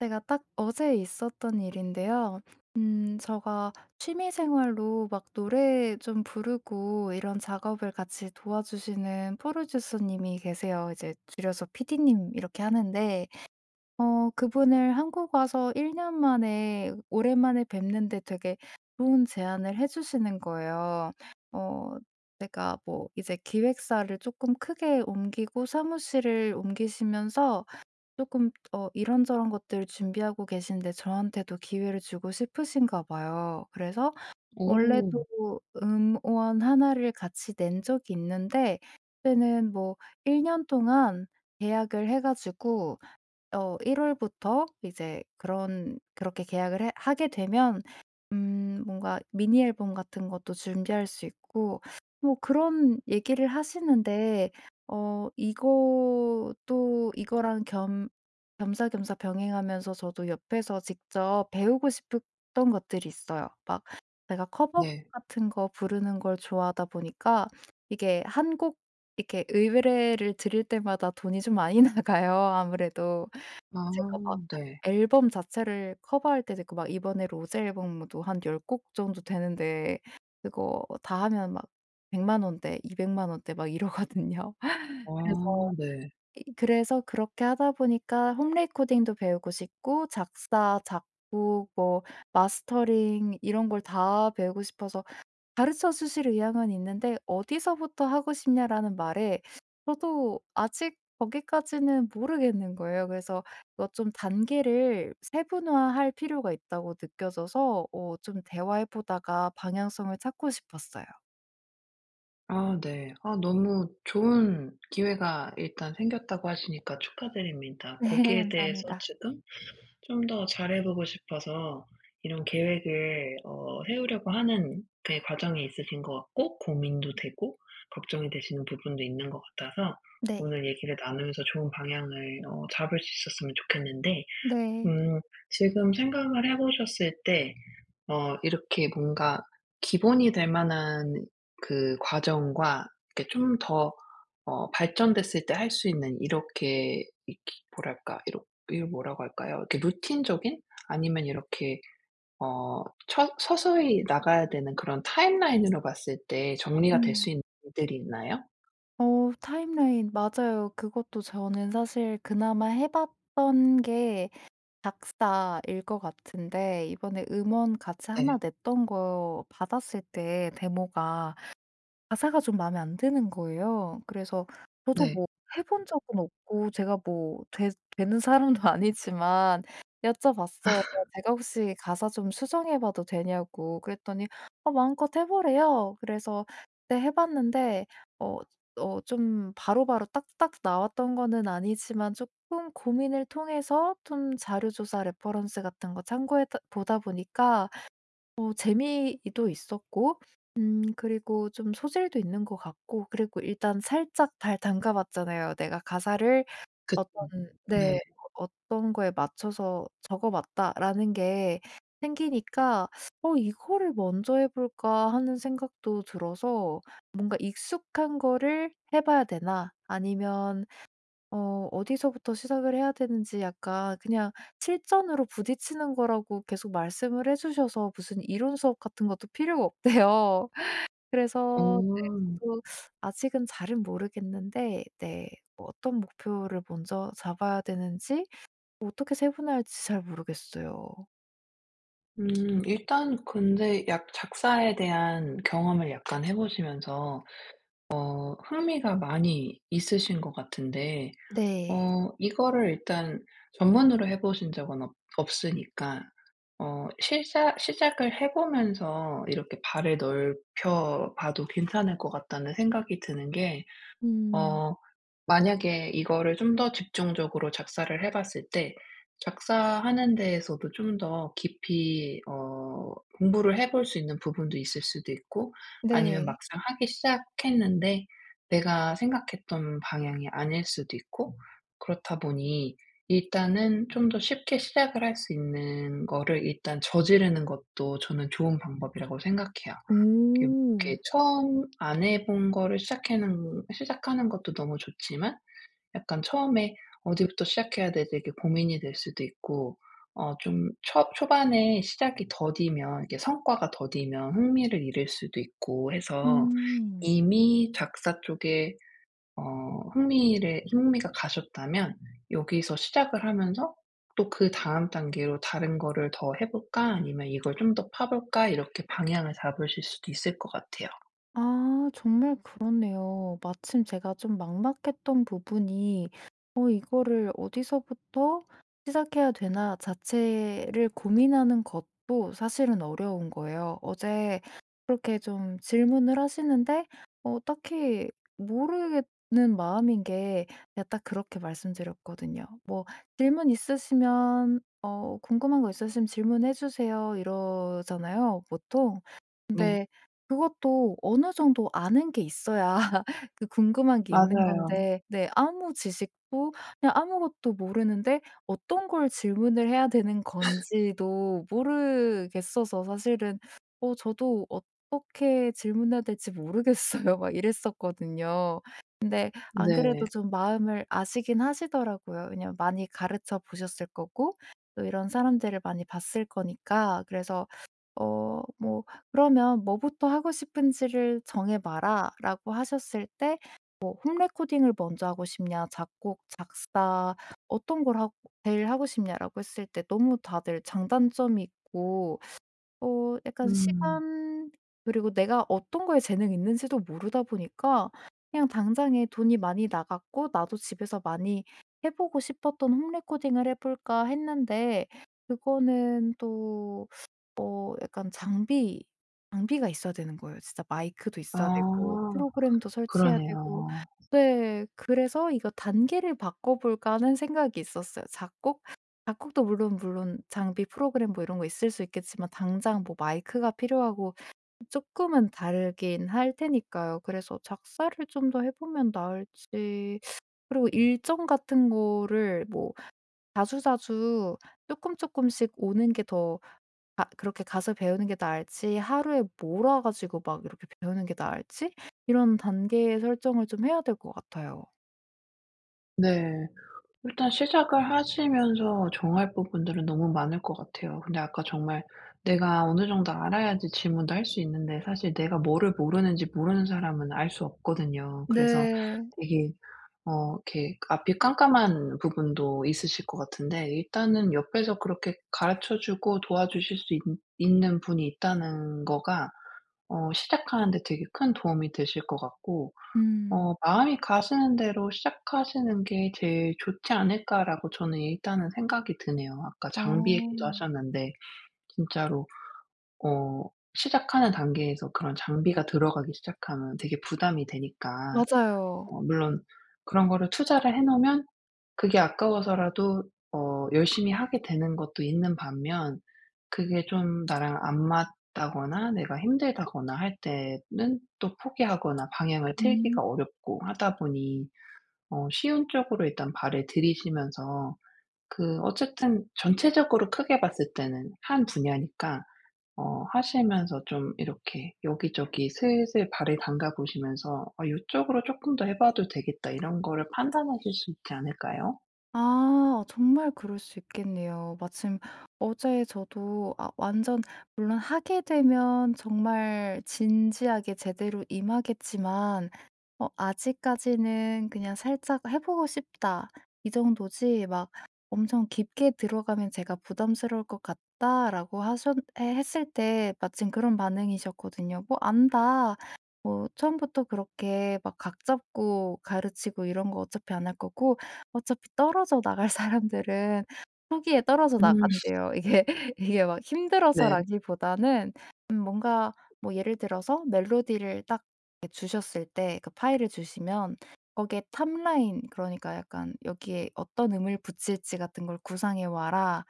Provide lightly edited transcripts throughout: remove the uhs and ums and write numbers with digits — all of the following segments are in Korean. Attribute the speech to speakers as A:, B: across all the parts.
A: 제가 딱 어제 있었던 일인데요. 제가 취미 생활로 막 노래 좀 부르고 이런 작업을 같이 도와주시는 프로듀서님이 계세요. 이제 줄여서 PD님 이렇게 하는데 그분을 한국 와서 1년 만에 오랜만에 뵙는데 되게 좋은 제안을 해 주시는 거예요. 어 제가 뭐 이제 기획사를 조금 크게 옮기고 사무실을 옮기시면서 조금 이런저런 것들을 준비하고 계신데 저한테도 기회를 주고 싶으신가 봐요. 그래서
B: 오.
A: 원래도 음원 하나를 같이 낸 적이 있는데, 그때는 뭐 1년 동안 계약을 해 가지고 1월 월부터 이제 그런 그렇게 계약을 해 하게 되면 뭔가 미니 앨범 같은 것도 준비할 수 있고 뭐 그런 얘기를 하시는데, 이것도 이거랑 겸 겸사겸사 병행하면서 저도 옆에서 직접 배우고 싶었던 것들이 있어요. 막 제가 커버
B: 네.
A: 같은 거 부르는 걸 좋아하다 보니까 이게 한 곡 이렇게 의뢰를 드릴 때마다 돈이 좀 많이 나가요 아무래도.
B: 아,
A: 제가 막
B: 네.
A: 앨범 자체를 커버할 때도 있고 막 이번에 로제 앨범도 한 10곡 정도 되는데, 그거 다 하면 막 1 0 0 원대, 2 0 0 원대 막 이러거든요.
B: 아,
A: 그래서
B: 네.
A: 이 그래서 그렇게 하다 보니까 홈 레코딩도 배우고 싶고 작사, 작곡, 뭐 마스터링 이런 걸 다 배우고 싶어서 가르쳐 주실 의향은 있는데 "어디서부터 하고 싶냐?"라는 말에 저도 아직 거기까지는 모르겠는 거예요. 그래서 이거 좀 단계를 세분화할 필요가 있다고 느껴져서 좀 대화해 보다가 방향성을 찾고 싶었어요.
B: 아, 네. 아, 너무 좋은 기회가 일단 생겼다고 하시니까 축하드립니다.
A: 네.
B: 거기에 대해서
A: 감사합니다.
B: 지금 좀 더 잘해 보고 싶어서 이런 계획을 세우려고 하는 그 과정에 있으신 것 같고, 고민도 되고 걱정이 되시는 부분도 있는 것 같아서
A: 네.
B: 오늘 얘기를 나누면서 좋은 방향을 잡을 수 있었으면 좋겠는데,
A: 네.
B: 음 지금 생각을 해 보셨을 때 이렇게 뭔가 기본이 될 만한 그 과정과, 이렇게 좀 더 발전됐을 때 할 수 있는 이렇게 뭐랄까, 이렇 이걸 뭐라고 할까요? 이렇게 루틴적인, 아니면 이렇게 어 처 서서히 나가야 되는 그런 타임라인으로 봤을 때 정리가 될
A: 음.
B: 수 있는 일들이 있나요?
A: 타임라인 맞아요. 그것도 저는 사실 그나마 해 봤던 게 작사일 것 같은데, 이번에 음원 같이
B: 네.
A: 하나 냈던 거 받았을 때 데모가, 가사가 좀 마음에 안 드는 거예요. 그래서 저도
B: 네.
A: 뭐 해본 적은 없고 제가 뭐 되 되는 사람도 아니지만 여쭤봤어요. "제가 혹시 가사 좀 수정해 봐도 되냐."고. 그랬더니 "어 마음껏 해 보래요." 그래서 그때 해 봤는데, 어 좀 바로바로 딱딱 나왔던 거는 아니지만 조금 고민을 통해서 좀 자료 조사 레퍼런스 같은 거 참고해 보다 보니까 재미도 있었고, 그리고 좀 소질도 있는 것 같고, 그리고 일단 살짝 발 담가 봤잖아요. 내가 가사를,
B: 그쵸.
A: 어떤 네.
B: 네.
A: '어떤 거에 맞춰서 적어 봤다.'라는 게 생기니까 '어 이거를 먼저 해 볼까.' 하는 생각도 들어서 뭔가 '익숙한 거를 해 봐야 되나?' 아니면 어디서부터 시작을 해야 되는지, 약간 그냥 실전으로 부딪히는 거라고 계속 말씀을 해 주셔서 무슨 이론 수업 같은 것도 필요가 없대요. 그래서 네.
B: 어.
A: 저도 아직은 잘은 모르겠는데, 네. 뭐 어떤 목표를 먼저 잡아야 되는지, 뭐 어떻게 세분화할지 잘 모르겠어요.
B: 음, 일단 근데 약 작사에 대한 경험을 약간 해 보시면서 흥미가 많이 있으신 것 같은데,
A: 네.
B: 이거를 일단 전문으로 해 보신 적은 없 없으니까 시작을 해 보면서 이렇게 발을 넓혀 봐도 괜찮을 것 같다는 생각이 드는 게
A: 음.
B: 어 만약에 이거를 좀 더 집중적으로 작사를 해 봤을 때, 작사하는 데에서도 좀 더 깊이 공부를 해볼 수 있는 부분도 있을 수도 있고, 아니면
A: 네.
B: 막상 하기 시작했는데 내가 생각했던 방향이 아닐 수도 있고. 그렇다 보니 일단은 좀 더 쉽게 시작을 할 수 있는 거를 일단 저지르는 것도 저는 좋은 방법이라고 생각해요. 이렇게
A: 음.
B: 이렇게 처음 안 해본 거를 시작해 는 시작하는 것도 너무 좋지만, 약간 처음에 어디부터 시작해야 되지 이게 고민이 될 수도 있고, 좀 초 초반에 시작이 더디면, 이게 성과가 더디면 흥미를 잃을 수도 있고 해서
A: 음.
B: 이미 작사 쪽에 어 흥미를 흥미가 가셨다면 여기서 시작을 하면서 또 그다음 단계로 '다른 거를 더 해 볼까? 아니면 이걸 좀 더 파 볼까?' 이렇게 방향을 잡으실 수도 있을 것 같아요.
A: 아, 정말 그렇네요. 마침 제가 좀 막막했던 부분이 '어 이거를 어디서부터 시작해야 되나.' 자체를 고민하는 것도 사실은 어려운 거예요. 어제 그렇게 좀 질문을 하시는데 딱히 모르겠는 마음인 게, 제가 딱 그렇게 말씀드렸거든요. 뭐 "질문 있으시면 어 궁금한 거 있으시면 질문해 주세요." 이러잖아요 보통.
B: 네.
A: 근데 그것도 어느 정도 아는 게 있어야 그 궁금한 게 있는
B: 맞아요.
A: 건데, 네. 아무 지식도, 그냥 아무것도 모르는데 어떤 걸 질문을 해야 되는 건지도 모르겠어서 사실은 저도 '어떻게 질문해야 될지 모르겠어요.' 막 이랬었거든요. 근데 안
B: 네.
A: 그래도 좀 마음을 아시긴 하시더라고요. 왜냐면 많이 가르쳐 보셨을 거고, 또 이런 사람들을 많이 봤을 거니까. 그래서 뭐 "그러면 뭐부터 하고 싶은지를 정해 봐라."라고 하셨을 때, 뭐 홈 레코딩을 먼저 하고 싶냐 작곡, 작사 어떤 걸 하고 제일 하고 싶냐라고 했을 때, 너무 다들 장단점이 있고 약간
B: 음.
A: 시간, 그리고 내가 어떤 거에 재능이 있는지도 모르다 보니까 그냥 당장에 돈이 많이 나갔고 '나도 집에서 많이 해 보고 싶었던 홈 레코딩을 해 볼까.' 했는데 그거는 또 약간 장비가 있어야 되는 거예요. 진짜 마이크도 있어야 되고
B: 아,
A: 프로그램도 설치해야 되고.
B: 그러네요.
A: 네. 그래서 '이거 단계를 바꿔 볼까.' 하는 생각이 있었어요. 작고 작곡도 물론 장비 프로그램 뭐 이런 거 있을 수 있겠지만 당장 뭐 마이크가 필요하고 쪼끔은 다르긴 할 테니까요. 그래서 작사를 좀 더 해 보면 나을지, 그리고 일정 같은 거를 뭐 자주자주 쪼끔쪼끔씩 오는 게 더, 아, 그렇게 가서 배우는 게 나을지 하루에 몰아 가지고 막 이렇게 배우는 게 나을지, 이런 단계 설정을 좀 해야 될 것 같아요.
B: 네. 일단 시작을 하시면서 정할 부분들은 너무 많을 것 같아요. 근데 아까 정말 내가 어느 정도 알아야지 질문도 할 수 있는데, 사실 내가 뭐를 모르는지 모르는 사람은 알 수 없거든요. 그래서
A: 네.
B: 되게 이렇게 앞이 깜깜한 부분도 있으실 것 같은데, 일단은 옆에서 그렇게 가르쳐 주고 도와주실 수 있 있는 분이 있다는 거가 시작하는 데 되게 큰 도움이 되실 것 같고,
A: 음.
B: '마음이 가시는 대로 시작하시는 게 제일 좋지 않을까.'라고 저는 일단은 생각이 드네요. 아까 장비 얘기도
A: 아,
B: 하셨는데 진짜로 어 시작하는 단계에서 그런 장비가 들어가기 시작하면 되게 부담이 되니까,
A: 맞아요.
B: 물론 그런 거를 투자를 해 놓으면 그게 아까워서라도 열심히 하게 되는 것도 있는 반면, 그게 좀 나랑 안 맞다거나 내가 힘들다거나 할 때는 또 포기하거나 방향을
A: 음.
B: 틀기가 어렵고 하다 보니 쉬운 쪽으로 일단 발을 들이시면서, 그 어쨌든 전체적으로 크게 봤을 때는 한 분야니까 하시면서 좀 이렇게 여기저기 슬슬 발을 담가 보시면서 '아 쪽으로 조금 더 해 봐도 되겠다.' 이런 거를 판단하실 수 있지 않을까요?
A: 아, 정말 그럴 수 있겠네요. 마침 어제 저도, 아, 완전, 물론 하게 되면 정말 진지하게 제대로 임하겠지만 아직까지는 그냥 살짝 해 보고 싶다 이 정도지, 막 엄청 깊게 들어가면 제가 부담스러울 것 같다라고 하셨 해 했을 때 마침 그런 반응이셨거든요. "뭐 안다." 뭐 처음부터 그렇게 막 각 잡고 가르치고 이런 거 어차피 안 할 거고, 어차피 떨어져 나갈 사람들은 초기에 떨어져
B: 음.
A: 나간대요. 이게 이게 막
B: 네.
A: 힘들어서라기보다는, 뭔가 뭐 예를 들어서 멜로디를 딱 이렇게 주셨을 때 그 파일을 주시면 거기에 탑라인, 그러니까 약간 "여기에 어떤 음을 붙일지 같은 걸 구상해 와라."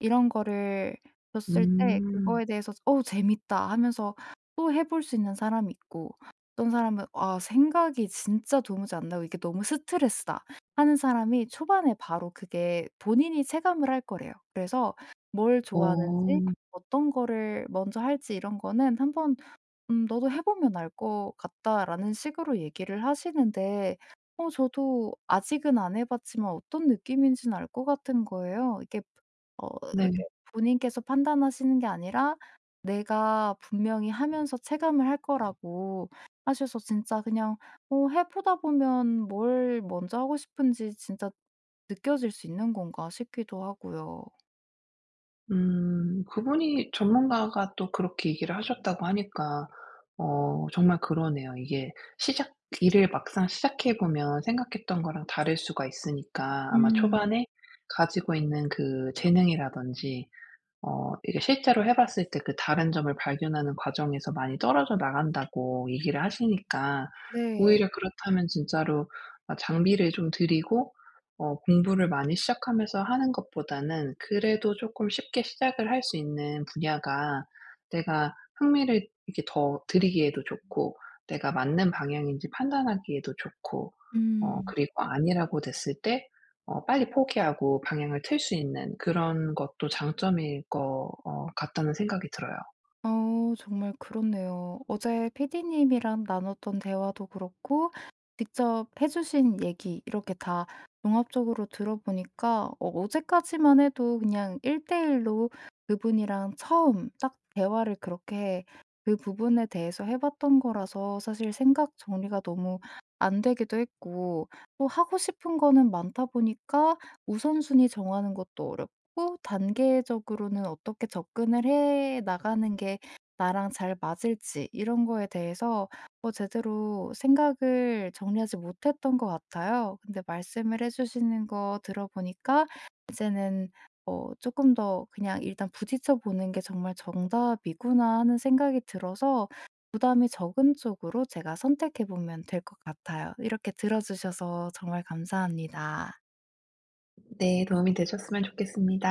A: 이런 거를 줬을 때
B: 음.
A: 그거에 대해서 재밌다.' 하면서 또 해볼 수 있는 사람이 있고, 어떤 사람은 '아 생각이 진짜 도무지 안 나고 이게 너무 스트레스다.' 하는 사람이 초반에 바로 그게 본인이 체감을 할 거래요. 그래서 뭘 좋아하는지
B: 어.
A: 어떤 거를 먼저 할지 이런 거는 한번, "너도 해 보면 알 것 같다."라는 식으로 얘기를 하시는데, 저도 아직은 안 해 봤지만 어떤 느낌인지는 알 것 같은 거예요. 이게 어 이렇게
B: 네.
A: 본인께서 판단하시는 게 아니라 내가 분명히 하면서 체감을 할 거라고 하셔서, 진짜 그냥 해 보다 보면 뭘 먼저 하고 싶은지 진짜 느껴질 수 있는 건가 싶기도 하고요.
B: 음. 그분이 전문가가 또 그렇게 얘기를 하셨다고 하니까 정말 그러네요. 이게 시작 일을 막상 시작해 보면 생각했던 거랑 다를 수가 있으니까, 아마
A: 음.
B: 초반에 가지고 있는 그 재능이라든지 이게 실제로 해 봤을 때 그 다른 점을 발견하는 과정에서 많이 떨어져 나간다고 얘기를 하시니까
A: 네.
B: 오히려 그렇다면 진짜로 아 장비를 좀 들이고 공부를 많이 시작하면서 하는 것보다는 그래도 조금 쉽게 시작을 할 수 있는 분야가 내가 흥미를 이렇게 더 들이기에도 좋고, 내가 맞는 방향인지 판단하기에도 좋고,
A: 음.
B: 그리고 아니라고 됐을 때 빨리 포기하고 방향을 틀 수 있는 그런 것도 장점일 것 같다는 생각이 들어요.
A: 정말 그렇네요. 어제 PD님이랑 나눴던 대화도 그렇고 직접 해 주신 얘기 이렇게 다 종합적으로 들어보니까, 어제까지만 해도 그냥 1대1로 그분이랑 처음 딱 대화를 그렇게 그 부분에 대해서 해 봤던 거라서 사실 생각 정리가 너무 안 되기도 했고, 또 하고 싶은 거는 많다 보니까 우선순위 정하는 것도 어렵고 단계적으로는 어떻게 접근을 해 나가는 게 나랑 잘 맞을지 이런 거에 대해서 제대로 생각을 정리하지 못했던 것 같아요. 근데 말씀을 해 주시는 거 들어보니까 이제는 어금더 그냥 일단 부딪혀 보는 게 정말 정답이구나 하는 생각이 들어서 부담이 적은 쪽으로 제가 선택해 보면 될 것 같아요. 이렇게 들어 주셔서 정말 감사합니다.
B: 네, 도움이 되셨으면 좋겠습니다.